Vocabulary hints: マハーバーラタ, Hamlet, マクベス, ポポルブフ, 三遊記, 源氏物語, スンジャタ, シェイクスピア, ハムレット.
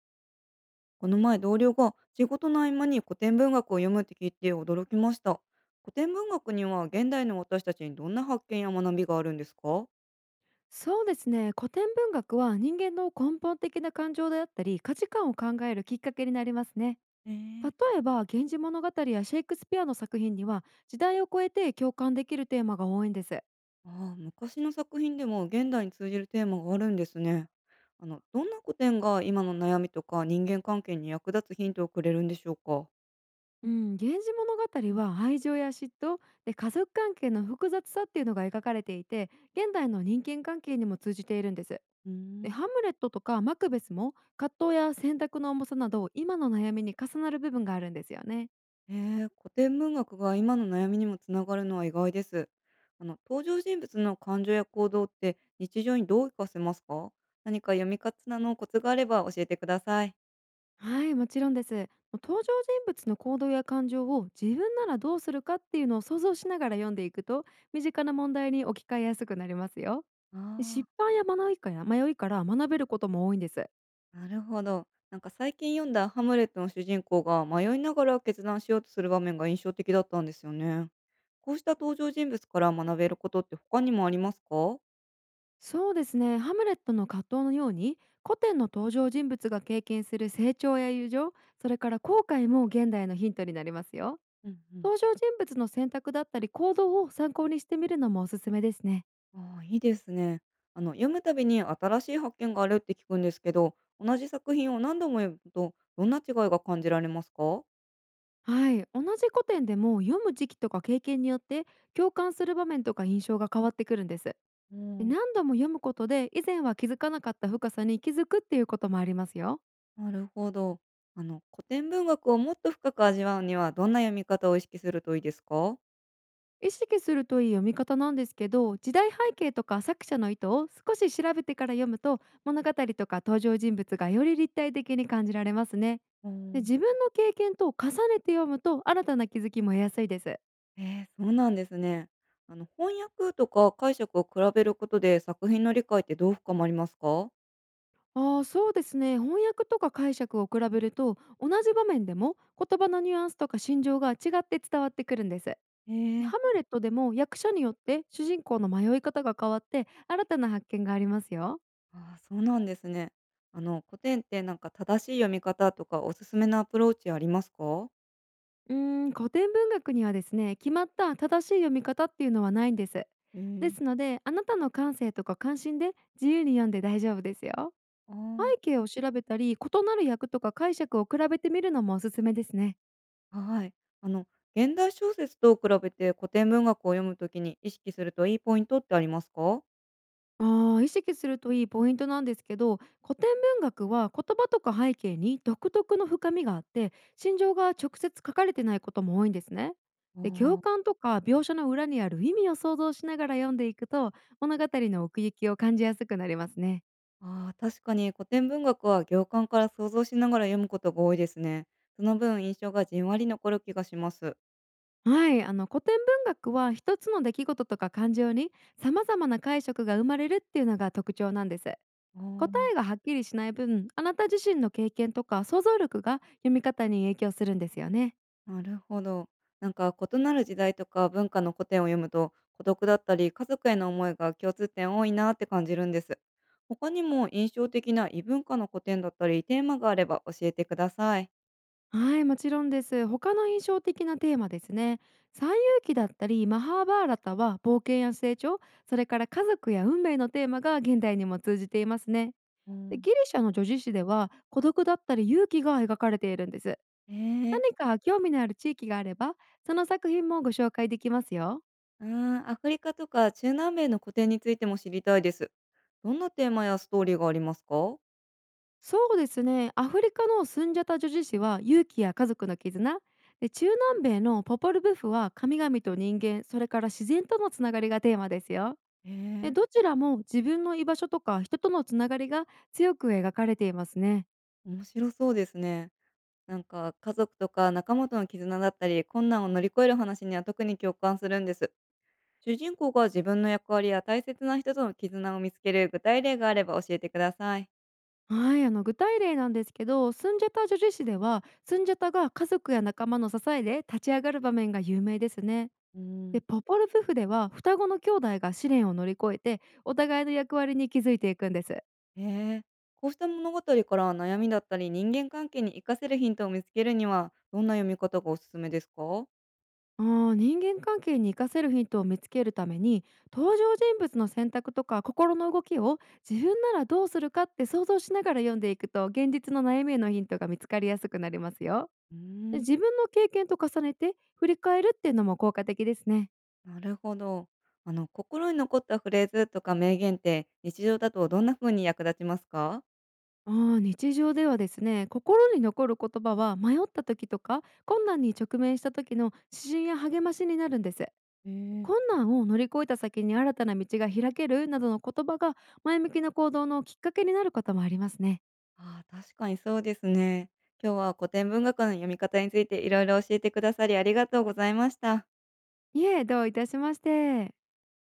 この前同僚が仕事の合間に古典文学を読むって聞いて驚きました。古典文学には現代の私たちにどんな発見や学びがあるんですか？そうですね、古典文学は人間の根本的な感情であったり価値観を考えるきっかけになりますね。えー、例えば「源氏物語」やシェイクスピアの作品には時代を超えて共感できるテーマが多いんです。ああ、昔の作品でも現代に通じるテーマがあるんですね。どんな古典が今の悩みとか人間関係に役立つヒントをくれるんでしょうか？うん、「源氏物語」は愛情や嫉妬で家族関係の複雑さっていうのが描かれていて、現代の人間関係にも通じているんです。うーでん。ハムレットとかマクベスも葛藤や選択の重さなど今の悩みに重なる部分があるんですよね。ええ、古典文学が今の悩みにもつながるのは意外です。登場人物の感情や行動って日常にどう活かせますか？何か読み方のコツがあれば教えてください。はい、もちろんです。もう登場人物の行動や感情を自分ならどうするかっていうのを想像しながら読んでいくと、身近な問題に置き換えやすくなりますよ。であ失あ、敗や迷いから学べることも多いんです。なるほど。なんか最近読んだハムレットの主人公が迷いながら決断しようとする場面が印象的だったんですよね。こうした登場人物から学べることって他にもありますか？そうですね、ハムレットの葛藤のように古典の登場人物が経験する成長や友情、それから後悔も現代のヒントになりますよ。うんうん。登場人物の選択だったり行動を参考にしてみるのもおすすめですね。ああ、いいですね。読むたびに新しい発見があるって聞くんですけど、同じ作品を何度も読むと、どんな違いが感じられますか？はい、同じ古典でも読む時期とか経験によって共感する場面とか印象が変わってくるんです。うでん、何度も読むことで以前は気づかなかった深さに気づくっていうこともありますよ。なるほど。古典文学をもっと深く味わうには、どんな読み方を意識するといいですか？意識するといい読み方なんですけど、時代背景とか作者の意図を少し調べてから読むと物語とか登場人物がより立体的に感じられますね。うでん、自分の経験と重ねて読むと新たな気づきも得やすいです。えー、そうなんですね。翻訳とか解釈を比べることで作品の理解ってどう深まりますか？ああ、そうですね、翻訳とか解釈を比べると同じ場面でも言葉のニュアンスとか心情が違って伝わってくるんです。でえー、ハムレットでも役者によって主人公の迷い方が変わって新たな発見がありますよ。ああ、そうなんですね。古典ってなんか正しい読み方とかおすすめのアプローチありますか？うーん、古典文学にはですね、決まった正しい読み方っていうのはないんです。えですえ、ので、あなたの感性とか関心で自由に読んで大丈夫ですよ。あ背景を調べたり異なる役とか解釈を比べてみるのもおすすめですね。あ、はい。あの、現代小説と比べて古典文学を読むときに意識するといいポイントってありますか？ああ、意識するといいポイントなんですけど、古典文学は言葉とか背景に独特の深みがあって心情が直接書かれてないことも多いんですね。あで行あ、間とか描写の裏にある意味を想像しながら読んでいくと、物語の奥行きを感じやすくなりますね。あー確かに古典文学は行間から想像しながら読むことが多いですね。その分印象がじんわり残る気がします。はい、あの古典文学は一つの出来事とか感情に様々な解釈が生まれるっていうのが特徴なんです。答えあがはっきりしない分、あなた自身の経験とか想像力が読み方に影響するんですよね。あ、なるほど。なんか異なる時代とか文化の古典を読むと、孤独だったり家族への思いが共通点多いなって感じるんです。他にも印象的な異文化の古典だったりテーマがあれば教えてください。はい、もちろんです。他の印象的なテーマですね。三遊記だったり、マハーバーラタは冒険や成長、それから家族や運命のテーマが現代にも通じていますね。うでん。ギリシャの女子誌では孤独だったり勇気が描かれているんです。ええ、何か興味のある地域があれば、その作品もご紹介できますよ。うん、アフリカとか中南米の古典についても知りたいです。どんなテーマやストーリーがありますか？そうですね。アフリカのスンジャタ女子誌は勇気や家族の絆。で中南米のポポルブフは神々と人間、それから自然とのつながりがテーマですよ。えでえ、どちらも自分の居場所とか人とのつながりが強く描かれていますね。面白そうですね。なんか家族とか仲間との絆だったり、困難を乗り越える話には特に共感するんです。主人公が自分の役割や大切な人との絆を見つける具体例があれば教えてください。はい、あの具体例なんですけど、スンジャタ女子誌では、スンジャタが家族や仲間の支えで立ち上がる場面が有名ですね。うで、ん。ポポル夫婦では双子の兄弟が試練を乗り越えて、お互いの役割に気づいていくんです。ええ、こうした物語から悩みだったり人間関係に活かせるヒントを見つけるには、どんな読み方がおすすめですか？人間関係に活かせるヒントを見つけるために、登場人物の選択とか心の動きを自分ならどうするかって想像しながら読んでいくと、現実の悩みへのヒントが見つかりやすくなりますよ。うーでん、自分の経験と重ねて振り返るっていうのも効果的ですね。なるほど。心に残ったフレーズとか名言って、日常だとどんな風に役立ちますか？日常ではですね、心に残る言葉は迷った時とか困難に直面した時の指針や励ましになるんです。ええ。困難を乗り越えた先に新たな道が開けるなどの言葉が前向きな行動のきっかけになることもありますね。ああ、確かにそうですね。今日は古典文学の読み方についていろいろ教えてくださりありがとうございました。いえ、どういたしまして。